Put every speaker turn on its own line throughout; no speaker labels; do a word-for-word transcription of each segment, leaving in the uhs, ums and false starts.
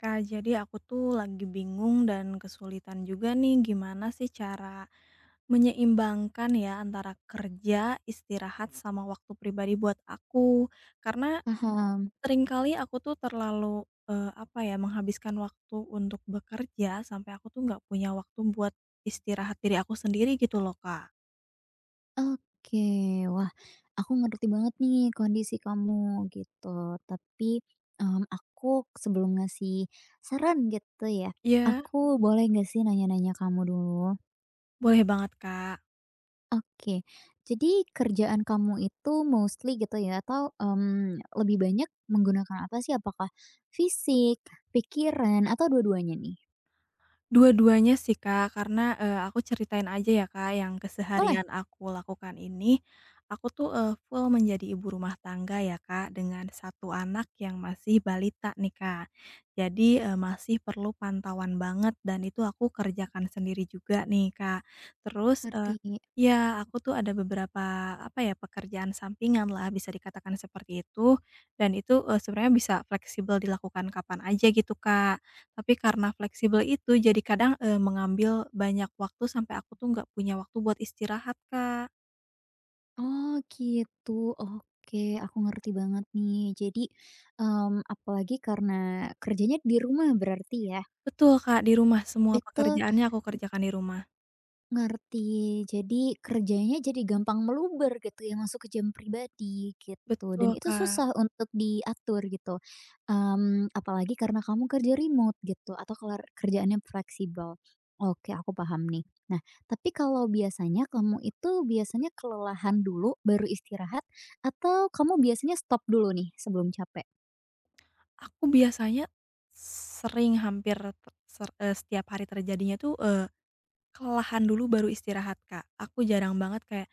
Kak, jadi aku tuh lagi bingung dan kesulitan juga nih gimana sih cara menyeimbangkan ya antara kerja, istirahat, sama waktu pribadi buat aku. Karena
Paham.
seringkali aku tuh terlalu, eee, apa ya, menghabiskan waktu untuk bekerja sampai aku tuh nggak punya waktu buat istirahat diri aku sendiri gitu loh, Kak.
Oke. Wah, aku ngerti banget nih kondisi kamu gitu. Tapi, mmm, aku sebelum ngasih saran gitu ya,
Iya.
aku boleh nggak sih nanya-nanya kamu dulu?
Boleh banget, Kak.
Oke. Jadi kerjaan kamu itu mostly gitu ya atau, mmm, lebih banyak menggunakan apa sih? Apakah fisik, pikiran, atau dua-duanya nih?
Dua-duanya sih, Kak, karena, eee, aku ceritain aja ya, Kak, yang
Boleh?
keseharian aku lakukan ini. Aku tuh, eee, full menjadi ibu rumah tangga ya, Kak, dengan satu anak yang masih balita nih, Kak. Jadi, eee, masih perlu pantauan banget dan itu aku kerjakan sendiri juga nih, Kak. Terus, eee
Ngerti.
iya, aku tuh ada beberapa, apa ya, pekerjaan sampingan lah bisa dikatakan seperti itu, dan itu, eee, sebenarnya bisa fleksibel dilakukan kapan aja gitu, Kak. Tapi karena fleksibel itu jadi kadang, eee, mengambil banyak waktu sampai aku tuh nggak punya waktu buat istirahat, Kak.
Oh gitu, oke aku ngerti banget nih. Jadi, mmm, apalagi karena kerjanya di rumah berarti ya?
Betul, Kak, di rumah semua
Itu
pekerjaannya aku kerjakan di rumah.
Ngerti. Jadi kerjanya jadi gampang meluber gitu ya, masuk ke jam pribadi gitu dan
Betul,
itu
Kak.
susah untuk diatur gitu. Mmm, apalagi karena kamu kerja remote gitu atau kalau kerjaannya fleksibel. Oke, aku paham nih. Nah, tapi kalau biasanya kamu itu biasanya kelelahan dulu baru istirahat atau kamu biasanya stop dulu nih sebelum capek?
Aku biasanya sering hampir te ser eee, setiap hari terjadinya tuh, kelelahan dulu baru istirahat, Kak. Aku jarang banget kayak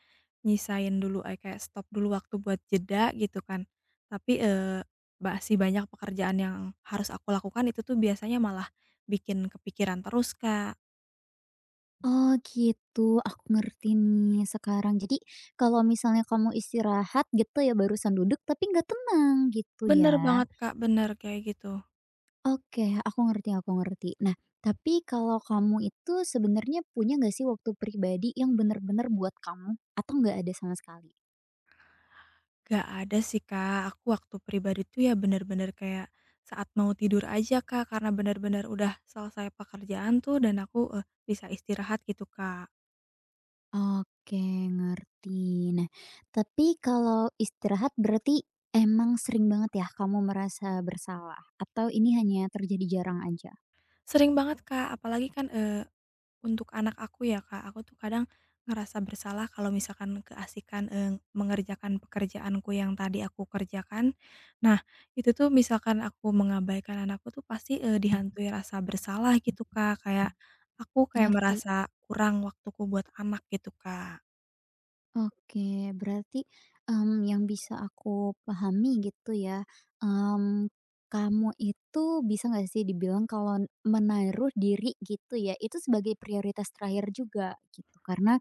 nyisain dulu, eee, kayak stop dulu waktu buat jeda gitu kan. Tapi, eee, masih banyak pekerjaan yang harus aku lakukan itu tuh biasanya malah bikin kepikiran terus, Kak.
Oh gitu, aku ngerti nih sekarang. Jadi kalau misalnya kamu istirahat gitu ya barusan duduk tapi nggak tenang gitu
Bener
ya.
banget, Kak, bener kayak gitu.
Oke, aku ngerti, aku ngerti. Nah, tapi kalau kamu itu sebenarnya punya nggak sih waktu pribadi yang benar-benar buat kamu atau nggak ada sama sekali?
Gak ada sih, Kak, aku waktu pribadi tuh ya bener-bener kayak saat mau tidur aja, Kak, karena bener-bener udah selesai pekerjaan tuh dan aku, eee, bisa istirahat gitu, Kak.
Oke, ngerti. Nah, tapi kalau istirahat berarti emang sering banget ya kamu merasa bersalah atau ini hanya terjadi jarang aja?
Sering banget, Kak, apalagi kan, eee untuk anak aku ya Kak, aku tuh kadang ngerasa bersalah kalau misalkan keasikan, eee, mengerjakan pekerjaanku yang tadi aku kerjakan. Nah, itu tuh misalkan aku mengabaikan anakku tuh pasti, eee, dihantui rasa bersalah gitu Kak, kayak aku kayak
Ngerti.
merasa kurang waktuku buat anak gitu Kak.
Oke, berarti, mmm, yang bisa aku pahami gitu ya, mmm, kamu itu bisa nggak sih dibilang kalau menaruh diri gitu ya, itu sebagai prioritas terakhir juga gitu? Karena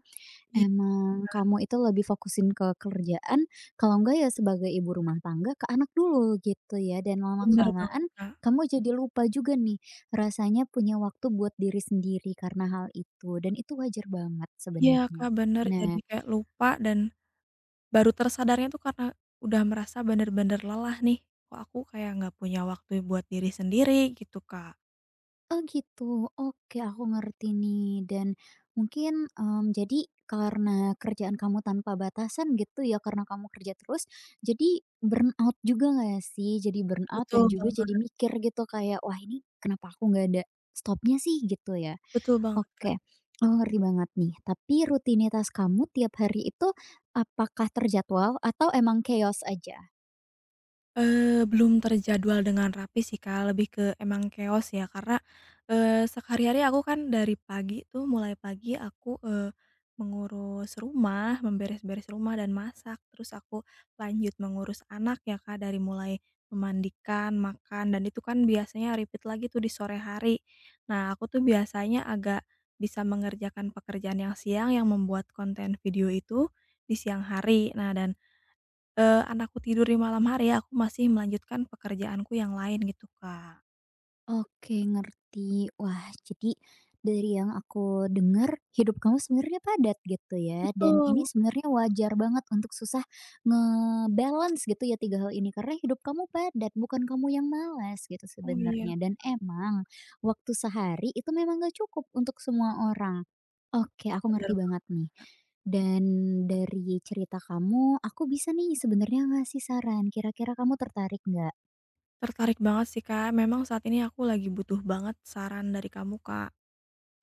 Iya
emang kamu itu lebih fokusin ke kerjaan, kalau enggak ya sebagai ibu rumah tangga ke anak dulu gitu ya, dan
bener banget
lama-kelamaan
Kak.
kamu jadi lupa juga nih rasanya punya waktu buat diri sendiri karena hal itu, dan itu wajar banget
Iya
sebenarnya.
Kak, bener
Nah.
jadi kayak lupa dan baru tersadarnya tuh karena udah merasa bener-bener lelah nih, kok aku kayak nggak punya waktu buat diri sendiri gitu Kak.
Oh gitu, oke aku ngerti nih dan mungkin, mmm, jadi karena kerjaan kamu tanpa batasan gitu ya, karena kamu kerja terus, jadi burnout juga nggak sih? Jadi burnout
Betul
dan juga
banget
jadi mikir gitu kayak, "Wah, ini kenapa aku nggak ada stopnya sih?" Gitu ya.
betul banget, Kak.
Oke, aku ngerti banget nih, tapi rutinitas kamu tiap hari itu apakah terjadwal atau emang chaos aja?
Eee, belum terjadwal dengan rapi sih, Kak, lebih ke emang chaos ya karena, eee, sehari-hari aku kan dari pagi tuh mulai pagi aku, eee, mengurus rumah, memberes-beres rumah dan masak, terus aku lanjut mengurus anak ya, Kak, dari mulai memandikan, makan, dan itu kan biasanya repeat lagi tuh di sore hari. Nah, aku tuh biasanya agak bisa mengerjakan pekerjaan yang siang yang membuat konten video itu di siang hari. Nah dan Eee, anakku tidur di malam hari ya, aku masih melanjutkan pekerjaanku yang lain gitu, Kak.
Oke, ngerti. Wah, jadi dari yang aku dengar, hidup kamu sebenarnya padat gitu ya. Dan ini
Betul.
sebenarnya wajar banget untuk susah ngebalance gitu ya tiga hal ini. Karena hidup kamu padat, bukan kamu yang malas gitu
Oh iya,
sebenarnya. Dan emang waktu sehari itu memang gak cukup untuk semua orang. Oke, aku
bener
ngerti
banget,
banget nih.
Kak.
Dan dari cerita kamu, aku bisa nih sebenarnya ngasih saran. Kira-kira kamu tertarik nggak?
Tertarik banget sih, Kak, memang saat ini aku lagi butuh banget saran dari kamu, Kak.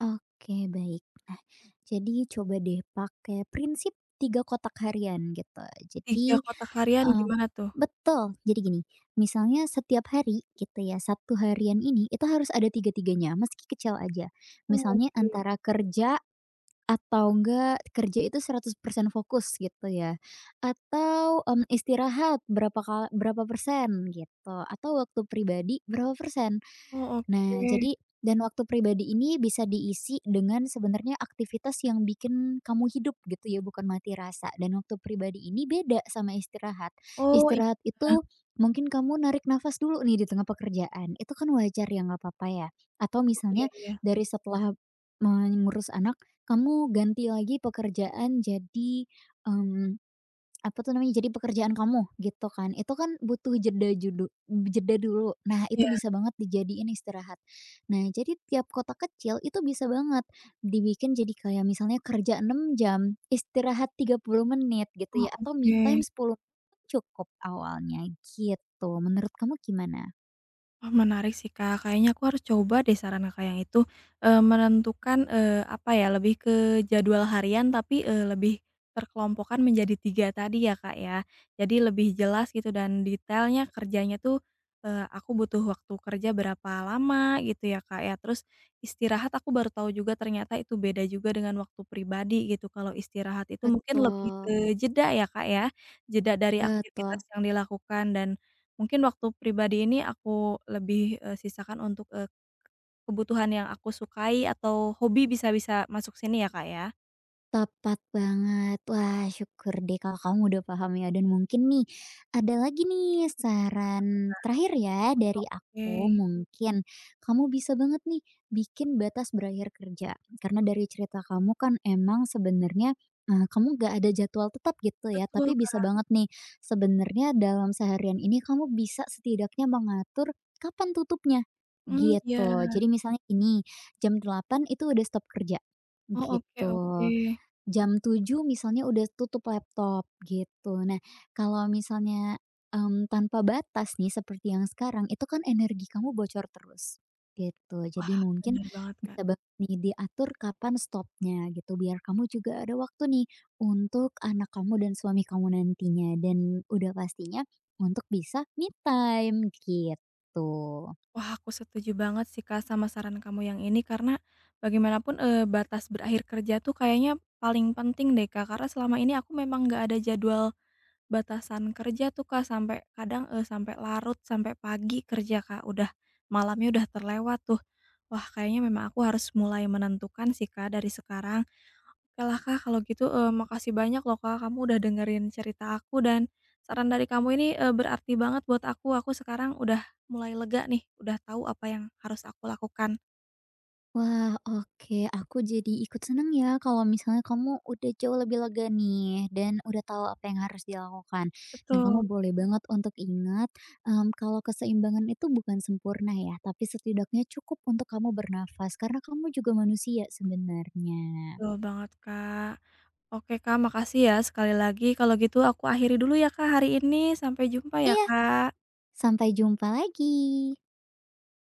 Oke, baik. Nah, jadi coba deh pakai prinsip tiga kotak harian gitu.
Tiga
Jadi,
kotak harian
eee,
gimana tuh?
betul, jadi gini, misalnya setiap hari gitu ya, satu harian ini itu harus ada tiga-tiganya, meski kecil aja.
Oh
Misalnya
oke,
antara kerja atau enggak kerja itu seratus persen fokus gitu ya, atau, mmm, istirahat berapa kal berapa persen gitu, atau waktu pribadi berapa persen.
oh
Nah,
oke.
jadi dan waktu pribadi ini bisa diisi dengan sebenarnya aktivitas yang bikin kamu hidup gitu ya, bukan mati rasa. Dan waktu pribadi ini beda sama istirahat.
Oh iya,
Istirahat itu mungkin kamu narik nafas dulu nih di tengah pekerjaan. Itu kan wajar ya, nggak apa-apa ya. Atau
oh iya
misalnya
iya,
dari setelah mengurus anak, kamu ganti lagi pekerjaan jadi mmm, apa tuh namanya, jadi pekerjaan kamu, gitu kan. Itu kan butuh jeda judu jeda dulu. Nah, itu
iya,
bisa banget dijadiin istirahat. Nah, jadi tiap kota kecil itu bisa banget dibikin jadi kayak misalnya kerja enam jam, istirahat tiga puluh menit gitu
oh
ya, atau me
oke.
time sepuluh cukup awalnya, gitu. Menurut kamu gimana?
Oh menarik sih Kak, kayaknya aku harus coba deh saran Kakak yang itu, eee, menentukan, eee, apa ya, lebih ke jadwal harian tapi, eee, lebih terkelompokkan menjadi tiga tadi ya Kak ya. Jadi lebih jelas gitu dan detailnya kerjanya tuh, eee, aku butuh waktu kerja berapa lama gitu ya Kak ya. Terus istirahat aku baru tahu juga ternyata itu beda juga dengan waktu pribadi gitu, kalau istirahat itu mungkin lebih ke
Betul.
jeda ya Kak ya, jeda dari aktivitas
Betul.
yang dilakukan dan mungkin waktu pribadi ini aku lebih, eee, sisakan untuk, eee, kebutuhan yang aku sukai atau hobi bisa bisa masuk sini ya, Kak, ya?
Tepat banget. Wah, syukur deh kalau kamu udah paham ya dan mungkin nih ada lagi nih saran terakhir ya dari aku
Oke,
mungkin kamu bisa banget nih bikin batas berakhir kerja. Karena dari cerita kamu kan emang sebenarnya, eee, kamu gak ada jadwal tetap gitu ya,
betul,
tapi bisa
Kak.
banget nih sebenarnya dalam seharian ini kamu bisa setidaknya mengatur kapan tutupnya,
Hmm iya.
gitu. Jadi misalnya ini jam delapan itu udah stop kerja,
Oh, oke
gitu.
oke.
Jam tujuh misalnya udah tutup laptop gitu. Nah, kalau misalnya, mmm, tanpa batas nih seperti yang sekarang, itu kan energi kamu bocor terus, gitu.
Wah,
Jadi mungkin
benar banget, Kak.
bisa banget nih diatur kapan stopnya gitu, biar kamu juga ada waktu nih untuk anak kamu dan suami kamu nantinya, dan udah pastinya untuk bisa me time, gitu.
Wah, aku setuju banget sih, Kak, sama saran kamu yang ini karena bagaimanapun, eee, batas berakhir kerja tuh kayaknya paling penting deh, Kak, karena selama ini aku memang nggak ada jadwal batasan kerja tuh, Kak, sampai kadang, eee, sampai larut, sampai pagi kerja, Kak, udah malamnya udah terlewat tuh. Wah, kayaknya memang aku harus mulai menentukan sih, Kak, dari sekarang. Oke lah, Kak, kalau gitu, eee, makasih banyak loh, Kak, kamu udah dengerin cerita aku dan saran dari kamu ini, eee, berarti banget buat aku. Aku sekarang udah mulai lega nih, udah tahu apa yang harus aku lakukan.
Wah, oke. Aku jadi ikut seneng ya kalau misalnya kamu udah jauh lebih lega nih dan udah tahu apa yang harus dilakukan. Dan kamu
Betul,
boleh banget untuk ingat, mmm, kalau keseimbangan itu bukan sempurna ya, tapi setidaknya cukup untuk kamu bernafas karena kamu juga manusia sebenarnya.
betul banget, Kak. Oke, Kak, makasih ya sekali lagi. Kalau gitu aku akhiri dulu ya, Kak, hari ini. Sampai jumpa ya,
Iya,
Kak.
sampai jumpa lagi.